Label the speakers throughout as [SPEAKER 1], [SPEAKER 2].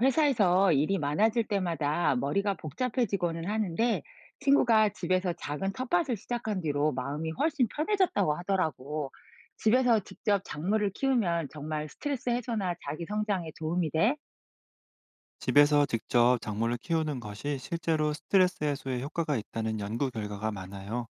[SPEAKER 1] 회사에서 일이 많아질 때마다 머리가 복잡해지고는 하는데 친구가 집에서 작은 텃밭을 시작한 뒤로 마음이 훨씬 편해졌다고 하더라고. 집에서 직접 작물을 키우면 정말 스트레스 해소나 자기 성장에 도움이 돼?
[SPEAKER 2] 집에서 직접 작물을 키우는 것이 실제로 스트레스 해소에 효과가 있다는 연구 결과가 많아요.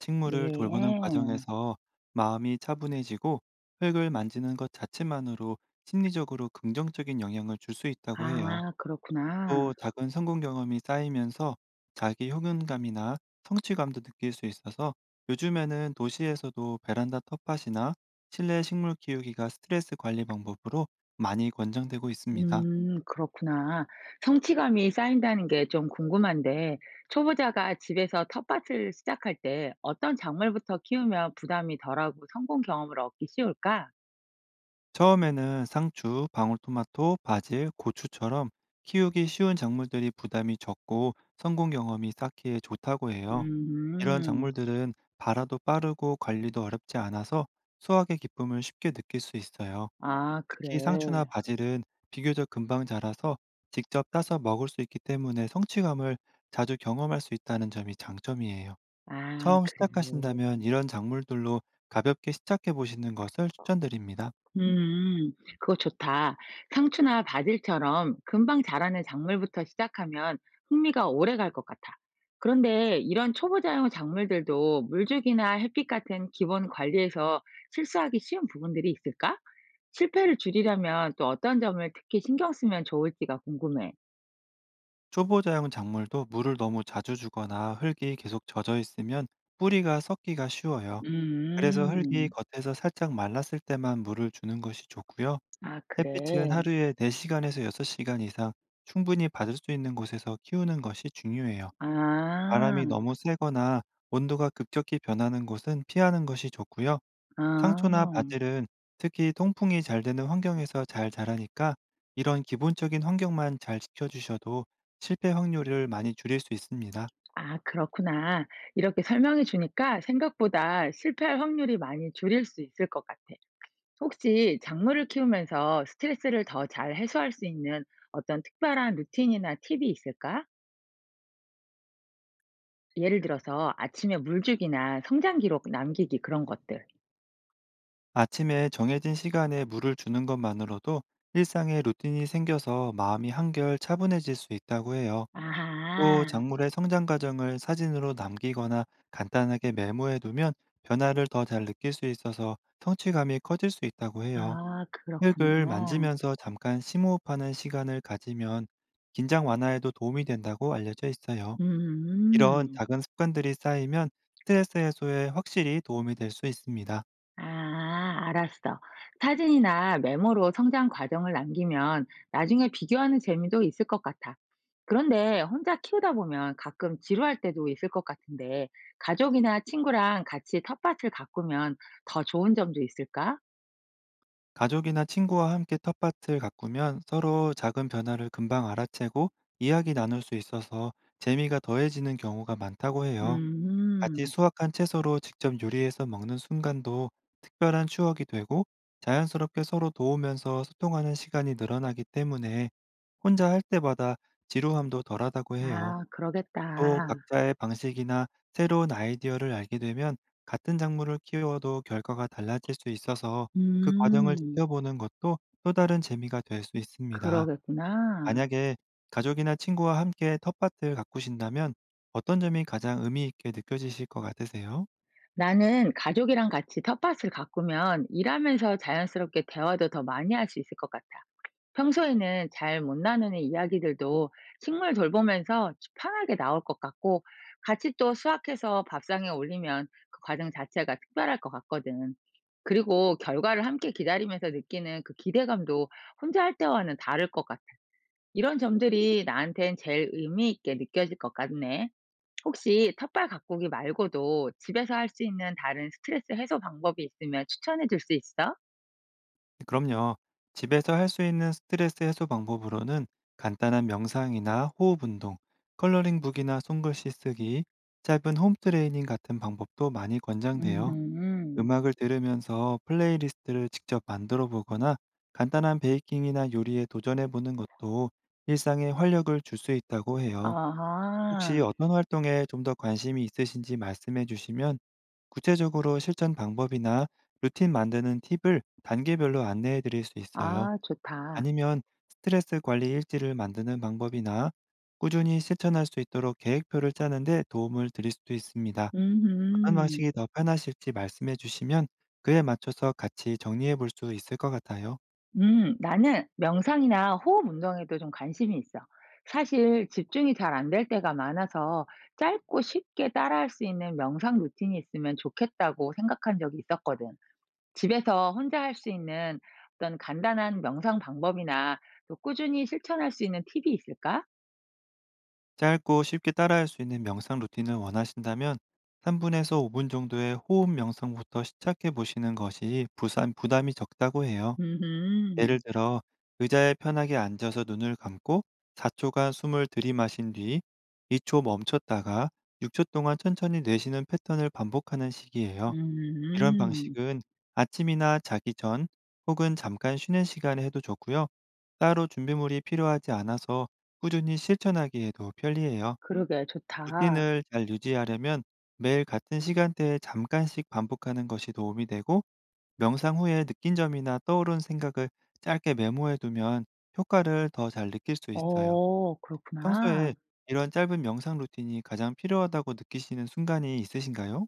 [SPEAKER 2] 식물을 돌보는
[SPEAKER 1] 네.
[SPEAKER 2] 과정에서 마음이 차분해지고, 흙을 만지는 것 자체만으로 심리적으로 긍정적인 영향을 줄 수 있다고 해요.
[SPEAKER 1] 아, 그렇구나.
[SPEAKER 2] 또 작은 성공 경험이 쌓이면서 자기 효능감이나 성취감도 느낄 수 있어서, 요즘에는 도시에서도 베란다 텃밭이나 실내 식물 키우기가 스트레스 관리 방법으로 많이 권장되고 있습니다.
[SPEAKER 1] 그렇구나. 성취감이 쌓인다는 게 좀 궁금한데, 초보자가 집에서 텃밭을 시작할 때 어떤 작물부터 키우면 부담이 덜하고 성공 경험을 얻기 쉬울까?
[SPEAKER 2] 처음에는 상추, 방울토마토, 바질, 고추처럼 키우기 쉬운 작물들이 부담이 적고 성공 경험이 쌓기에 좋다고 해요. 이런
[SPEAKER 1] 음.
[SPEAKER 2] 작물들은 발화도 빠르고 관리도 어렵지 않아서 수확의 기쁨을 쉽게 느낄 수 있어요.
[SPEAKER 1] 아 그래.
[SPEAKER 2] 특히 상추나 바질은 비교적 금방 자라서 직접 따서 먹을 수 있기 때문에, 성취감을 자주 경험할 수 있다는 점이 장점이에요.
[SPEAKER 1] 아
[SPEAKER 2] 처음
[SPEAKER 1] 그래.
[SPEAKER 2] 시작하신다면 이런 작물들로 가볍게 시작해 보시는 것을 추천드립니다.
[SPEAKER 1] 음. 그거 좋다. 상추나 바질처럼 금방 자라는 작물부터 시작하면 흥미가 오래 갈 것 같아. 그런데 이런 초보자용 작물들도 물주기나 햇빛 같은 기본 관리에서 실수하기 쉬운 부분들이 있을까? 실패를 줄이려면 또 어떤 점을 특히 신경 쓰면 좋을지가 궁금해.
[SPEAKER 2] 초보자용 작물도 물을 너무 자주 주거나 흙이 계속 젖어 있으면 뿌리가 썩기가 쉬워요. 그래서 흙이
[SPEAKER 1] 음.
[SPEAKER 2] 겉에서 살짝 말랐을 때만 물을 주는 것이 좋고요.
[SPEAKER 1] 아
[SPEAKER 2] 햇빛은
[SPEAKER 1] 그래.
[SPEAKER 2] 하루에 4시간에서 6시간 이상 충분히 받을 수 있는 곳에서 키우는 것이 중요해요.
[SPEAKER 1] 아.
[SPEAKER 2] 바람이 너무 세거나 온도가 급격히 변하는 곳은 피하는 것이 좋고요.
[SPEAKER 1] 아.
[SPEAKER 2] 상초나 바질은 특히 통풍이 잘 되는 환경에서 잘 자라니까, 이런 기본적인 환경만 잘 지켜주셔도 실패 확률을 많이 줄일 수 있습니다.
[SPEAKER 1] 아, 그렇구나. 이렇게 설명해 주니까 생각보다 실패할 확률이 많이 줄일 수 있을 것 같아. 혹시 작물을 키우면서 스트레스를 더 잘 해소할 수 있는 어떤 특별한 루틴이나 팁이 있을까? 예를 들어서 아침에 물주기나 성장 기록 남기기 그런 것들.
[SPEAKER 2] 아침에 정해진 시간에 물을 주는 것만으로도 일상의 루틴이 생겨서 마음이 한결 차분해질 수 있다고 해요. 또
[SPEAKER 1] 아하,
[SPEAKER 2] 작물의 성장 과정을 사진으로 남기거나 간단하게 메모해 두면 변화를 더 잘 느낄 수 있어서 성취감이 커질 수 있다고 해요.
[SPEAKER 1] 아, 그렇구나.
[SPEAKER 2] 흙을 만지면서 잠깐 심호흡하는 시간을 가지면 긴장 완화에도 도움이 된다고 알려져 있어요. 이런
[SPEAKER 1] 음.
[SPEAKER 2] 작은 습관들이 쌓이면 스트레스 해소에 확실히 도움이 될 수 있습니다.
[SPEAKER 1] 아, 알았어. 사진이나 메모로 성장 과정을 남기면 나중에 비교하는 재미도 있을 것 같아. 그런데 혼자 키우다 보면 가끔 지루할 때도 있을 것 같은데 가족이나 친구랑 같이 텃밭을 가꾸면 더 좋은 점도 있을까?
[SPEAKER 2] 가족이나 친구와 함께 텃밭을 가꾸면 서로 작은 변화를 금방 알아채고 이야기 나눌 수 있어서 재미가 더해지는 경우가 많다고 해요. 같이
[SPEAKER 1] 음,
[SPEAKER 2] 수확한 채소로 직접 요리해서 먹는 순간도 특별한 추억이 되고, 자연스럽게 서로 도우면서 소통하는 시간이 늘어나기 때문에 혼자 할 때마다 지루함도 덜하다고 해요.
[SPEAKER 1] 아,
[SPEAKER 2] 또
[SPEAKER 1] 그러겠다.
[SPEAKER 2] 각자의 방식이나 새로운 아이디어를 알게 되면 같은 작물을 키워도 결과가 달라질 수 있어서, 그 과정을
[SPEAKER 1] 음,
[SPEAKER 2] 지켜보는 것도 또 다른 재미가 될 수 있습니다.
[SPEAKER 1] 그러겠구나.
[SPEAKER 2] 만약에 가족이나 친구와 함께 텃밭을 가꾸신다면 어떤 점이 가장 의미 있게 느껴지실 것 같으세요?
[SPEAKER 1] 나는 가족이랑 같이 텃밭을 가꾸면 일하면서 자연스럽게 대화도 더 많이 할 수 있을 것 같아. 평소에는 잘 못 나누는 이야기들도 식물 돌보면서 편하게 나올 것 같고 같이 또 수확해서 밥상에 올리면 그 과정 자체가 특별할 것 같거든. 그리고 결과를 함께 기다리면서 느끼는 그 기대감도 혼자 할 때와는 다를 것 같아. 이런 점들이 나한텐 제일 의미 있게 느껴질 것 같네. 혹시 텃밭 가꾸기 말고도 집에서 할 수 있는 다른 스트레스 해소 방법이 있으면 추천해 줄 수 있어?
[SPEAKER 2] 그럼요. 집에서 할 수 있는 스트레스 해소 방법으로는 간단한 명상이나 호흡 운동, 컬러링북이나 손글씨 쓰기, 짧은 홈 트레이닝 같은 방법도 많이 권장돼요.
[SPEAKER 1] 음.
[SPEAKER 2] 음악을 들으면서 플레이리스트를 직접 만들어 보거나 간단한 베이킹이나 요리에 도전해 보는 것도 일상에 활력을 줄 수 있다고 해요.
[SPEAKER 1] 아하.
[SPEAKER 2] 혹시 어떤 활동에 좀 더 관심이 있으신지 말씀해 주시면 구체적으로 실천 방법이나 루틴 만드는 팁을 단계별로 안내해 드릴 수 있어요.
[SPEAKER 1] 아 좋다.
[SPEAKER 2] 아니면 스트레스 관리 일지를 만드는 방법이나 꾸준히 실천할 수 있도록 계획표를 짜는데 도움을 드릴 수도 있습니다. 어떤
[SPEAKER 1] 음음.
[SPEAKER 2] 방식이 더 편하실지 말씀해 주시면 그에 맞춰서 같이 정리해 볼 수 있을 것 같아요.
[SPEAKER 1] 나는 명상이나 호흡 운동에도 좀 관심이 있어. 사실 집중이 잘 안 될 때가 많아서 짧고 쉽게 따라할 수 있는 명상 루틴이 있으면 좋겠다고 생각한 적이 있었거든. 집에서 혼자 할 수 있는 어떤 간단한 명상 방법이나 또 꾸준히 실천할 수 있는 팁이 있을까?
[SPEAKER 2] 짧고 쉽게 따라할 수 있는 명상 루틴을 원하신다면 3분에서 5분 정도의 호흡 명상부터 시작해 보시는 것이 부산 부담이 적다고 해요. 예를
[SPEAKER 1] 음음.
[SPEAKER 2] 들어, 의자에 편하게 앉아서 눈을 감고 4초간 숨을 들이마신 뒤 2초 멈췄다가 6초 동안 천천히 내쉬는 패턴을 반복하는 식이에요. 이런
[SPEAKER 1] 음.
[SPEAKER 2] 방식은 아침이나 자기 전 혹은 잠깐 쉬는 시간에 해도 좋고요. 따로 준비물이 필요하지 않아서 꾸준히 실천하기에도 편리해요.
[SPEAKER 1] 그러게 좋다.
[SPEAKER 2] 루틴을 잘 유지하려면 매일 같은 시간대에 잠깐씩 반복하는 것이 도움이 되고, 명상 후에 느낀 점이나 떠오른 생각을 짧게 메모해 두면 효과를 더 잘 느낄 수 있어요.
[SPEAKER 1] 어 그렇구나.
[SPEAKER 2] 평소에 이런 짧은 명상 루틴이 가장 필요하다고 느끼시는 순간이 있으신가요?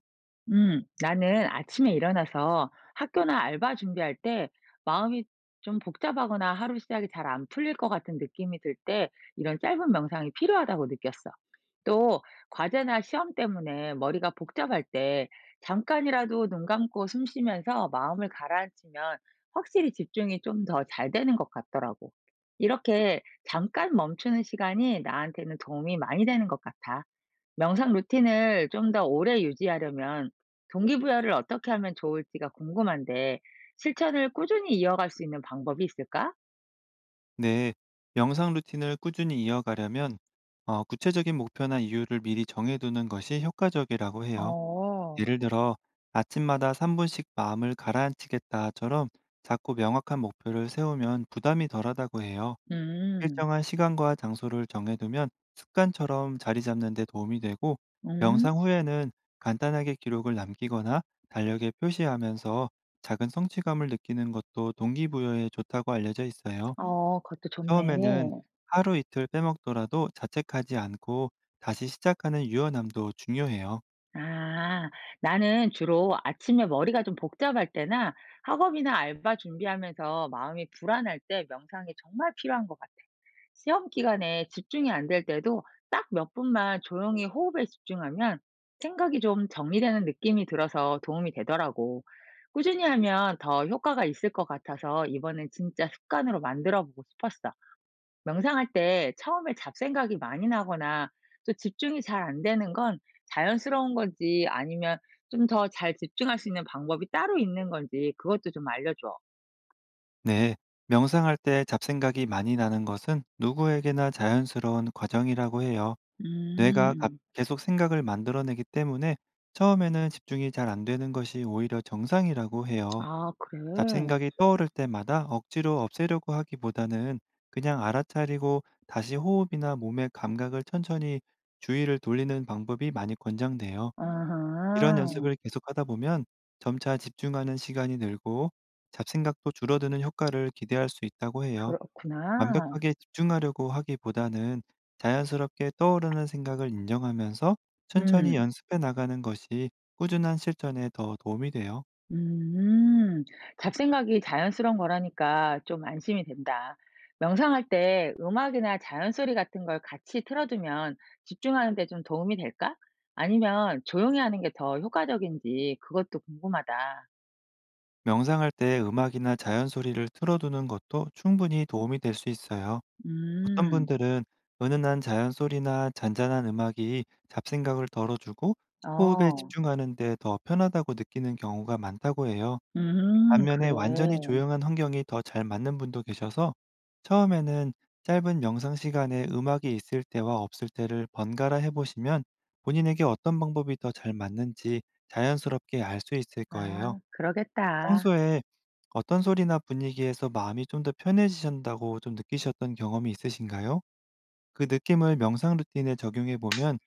[SPEAKER 1] 나는 아침에 일어나서 학교나 알바 준비할 때 마음이 좀 복잡하거나 하루 시작이 잘 안 풀릴 것 같은 느낌이 들 때 이런 짧은 명상이 필요하다고 느꼈어. 또 과제나 시험 때문에 머리가 복잡할 때 잠깐이라도 눈 감고 숨 쉬면서 마음을 가라앉히면 확실히 집중이 좀 더 잘 되는 것 같더라고. 이렇게 잠깐 멈추는 시간이 나한테는 도움이 많이 되는 것 같아. 명상 루틴을 좀 더 오래 유지하려면 동기부여를 어떻게 하면 좋을지가 궁금한데 실천을 꾸준히 이어갈 수 있는 방법이 있을까?
[SPEAKER 2] 네. 명상 루틴을 꾸준히 이어가려면 구체적인 목표나 이유를 미리 정해두는 것이 효과적이라고 해요.
[SPEAKER 1] 어.
[SPEAKER 2] 예를 들어, 아침마다 3분씩 마음을 가라앉히겠다처럼 작고 명확한 목표를 세우면 부담이 덜하다고 해요.
[SPEAKER 1] 음.
[SPEAKER 2] 일정한 시간과 장소를 정해두면 습관처럼 자리 잡는 데 도움이 되고,
[SPEAKER 1] 음.
[SPEAKER 2] 명상 후에는 간단하게 기록을 남기거나 달력에 표시하면서 작은 성취감을 느끼는 것도 동기부여에 좋다고 알려져 있어요.
[SPEAKER 1] 어 그것도 좋네.
[SPEAKER 2] 처음에는 하루 이틀 빼먹더라도 자책하지 않고 다시 시작하는 유연함도 중요해요.
[SPEAKER 1] 아, 나는 주로 아침에 머리가 좀 복잡할 때나 학업이나 알바 준비하면서 마음이 불안할 때 명상이 정말 필요한 것 같아. 시험 기간에 집중이 안 될 때도 딱 몇 분만 조용히 호흡에 집중하면 생각이 좀 정리되는 느낌이 들어서 도움이 되더라고. 꾸준히 하면 더 효과가 있을 것 같아서 이번엔 진짜 습관으로 만들어 보고 싶었어. 명상할 때 처음에 잡생각이 많이 나거나 또 집중이 잘 안 되는 건 자연스러운 건지 아니면 좀 더 잘 집중할 수 있는 방법이 따로 있는 건지 그것도 좀 알려줘.
[SPEAKER 2] 네. 명상할 때 잡생각이 많이 나는 것은 누구에게나 자연스러운 과정이라고 해요.
[SPEAKER 1] 음.
[SPEAKER 2] 뇌가
[SPEAKER 1] 음.
[SPEAKER 2] 계속 생각을 만들어내기 때문에 처음에는 집중이 잘 안 되는 것이 오히려 정상이라고 해요.
[SPEAKER 1] 아, 그래.
[SPEAKER 2] 잡생각이 떠오를 때마다 억지로 없애려고 하기보다는 그냥 알아차리고 다시 호흡이나 몸의 감각을 천천히 주의를 돌리는 방법이 많이 권장돼요. 이런
[SPEAKER 1] 아하. 음.
[SPEAKER 2] 연습을 계속하다 보면 점차 집중하는 시간이 늘고 잡생각도 줄어드는 효과를 기대할 수 있다고 해요.
[SPEAKER 1] 그렇구나.
[SPEAKER 2] 완벽하게 집중하려고 하기보다는 자연스럽게 떠오르는 생각을 인정하면서 천천히
[SPEAKER 1] 음.
[SPEAKER 2] 연습해 나가는 것이 꾸준한 실천에 더 도움이 돼요.
[SPEAKER 1] 음. 잡생각이 자연스러운 거라니까 좀 안심이 된다. 명상할 때 음악이나 자연 소리 같은 걸 같이 틀어두면 집중하는 데 좀 도움이 될까? 아니면 조용히 하는 게 더 효과적인지 그것도 궁금하다.
[SPEAKER 2] 명상할 때 음악이나 자연 소리를 틀어두는 것도 충분히 도움이 될 수 있어요. 어떤
[SPEAKER 1] 음.
[SPEAKER 2] 분들은 은은한 자연 소리나 잔잔한 음악이 잡생각을 덜어주고 호흡에
[SPEAKER 1] 어.
[SPEAKER 2] 집중하는 데 더 편하다고 느끼는 경우가 많다고 해요.
[SPEAKER 1] 음.
[SPEAKER 2] 반면에 완전히
[SPEAKER 1] 그래.
[SPEAKER 2] 조용한 환경이 더 잘 맞는 분도 계셔서, 처음에는 짧은 명상 시간에 음악이 있을 때와 없을 때를 번갈아 해보시면 본인에게 어떤 방법이 더 잘 맞는지 자연스럽게 알 수 있을 거예요.
[SPEAKER 1] 아 그러겠다.
[SPEAKER 2] 평소에 어떤 소리나 분위기에서 마음이 좀 더 편해지신다고 좀 느끼셨던 경험이 있으신가요? 그 느낌을 명상 루틴에 적용해 보면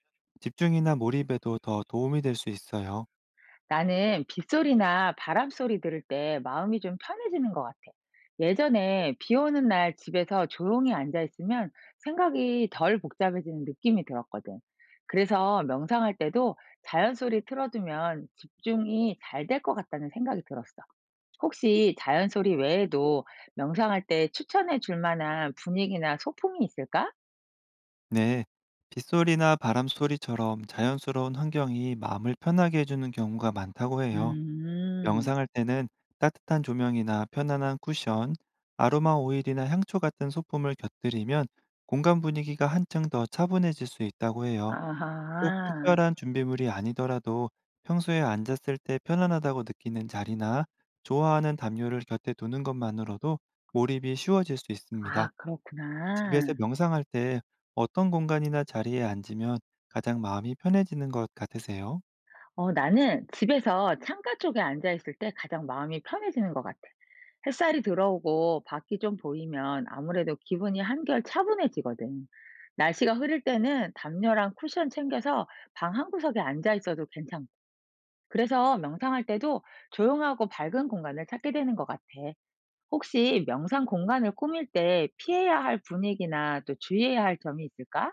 [SPEAKER 2] 집중이나 몰입에도 더 도움이 될 수 있어요.
[SPEAKER 1] 나는 빗소리나 바람 소리 들을 때 마음이 좀 편해지는 것 같아. 예전에 비 오는 날 집에서 조용히 앉아 있으면 생각이 덜 복잡해지는 느낌이 들었거든. 그래서 명상할 때도 자연 소리 틀어두면 집중이 잘 될 것 같다는 생각이 들었어. 혹시 자연 소리 외에도 명상할 때 추천해 줄 만한 분위기나 소품이 있을까?
[SPEAKER 2] 네, 빗소리나 바람 소리처럼 자연스러운 환경이 마음을 편하게 해주는 경우가 많다고 해요.
[SPEAKER 1] 음,
[SPEAKER 2] 명상할 때는 따뜻한 조명이나 편안한 쿠션, 아로마 오일이나 향초 같은 소품을 곁들이면 공간 분위기가 한층 더 차분해질 수 있다고 해요. 꼭
[SPEAKER 1] 아하.
[SPEAKER 2] 특별한 준비물이 아니더라도 평소에 앉았을 때 편안하다고 느끼는 자리나 좋아하는 담요를 곁에 두는 것만으로도 몰입이 쉬워질 수 있습니다.
[SPEAKER 1] 아,
[SPEAKER 2] 집에서
[SPEAKER 1] 그렇구나.
[SPEAKER 2] 명상할 때 어떤 공간이나 자리에 앉으면 가장 마음이 편해지는 것 같으세요?
[SPEAKER 1] 어 나는 집에서 창가 쪽에 앉아 있을 때 가장 마음이 편해지는 것 같아. 햇살이 들어오고 밖이 좀 보이면 아무래도 기분이 한결 차분해지거든. 날씨가 흐릴 때는 담요랑 쿠션 챙겨서 방 한 구석에 앉아 있어도 괜찮고. 그래서 명상할 때도 조용하고 밝은 공간을 찾게 되는 것 같아. 혹시 명상 공간을 꾸밀 때 피해야 할 분위기나 또 주의해야 할 점이 있을까?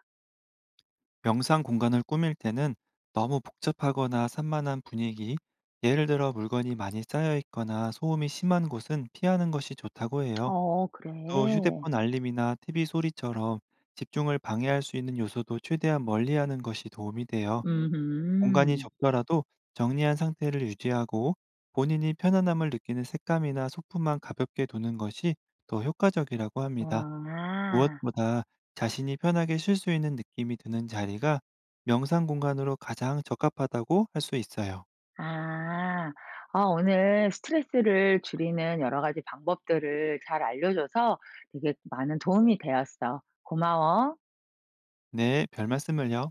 [SPEAKER 2] 명상 공간을 꾸밀 때는 너무 복잡하거나 산만한 분위기, 예를 들어 물건이 많이 쌓여 있거나 소음이 심한 곳은 피하는 것이 좋다고 해요.
[SPEAKER 1] 어,
[SPEAKER 2] 또
[SPEAKER 1] 그래.
[SPEAKER 2] 휴대폰 알림이나 티비 소리처럼 집중을 방해할 수 있는 요소도 최대한 멀리하는 것이 도움이 돼요. 공간이
[SPEAKER 1] 음.
[SPEAKER 2] 좁더라도 정리한 상태를 유지하고 본인이 편안함을 느끼는 색감이나 소품만 가볍게 두는 것이 더 효과적이라고 합니다.
[SPEAKER 1] 아.
[SPEAKER 2] 무엇보다 자신이 편하게 쉴 수 있는 느낌이 드는 자리가 명상 공간으로 가장 적합하다고 할 수 있어요.
[SPEAKER 1] 아. 아 오늘 스트레스를 줄이는 여러 가지 방법들을 잘 알려줘서 되게 많은 도움이 되었어. 고마워.
[SPEAKER 2] 네, 별 말씀을요.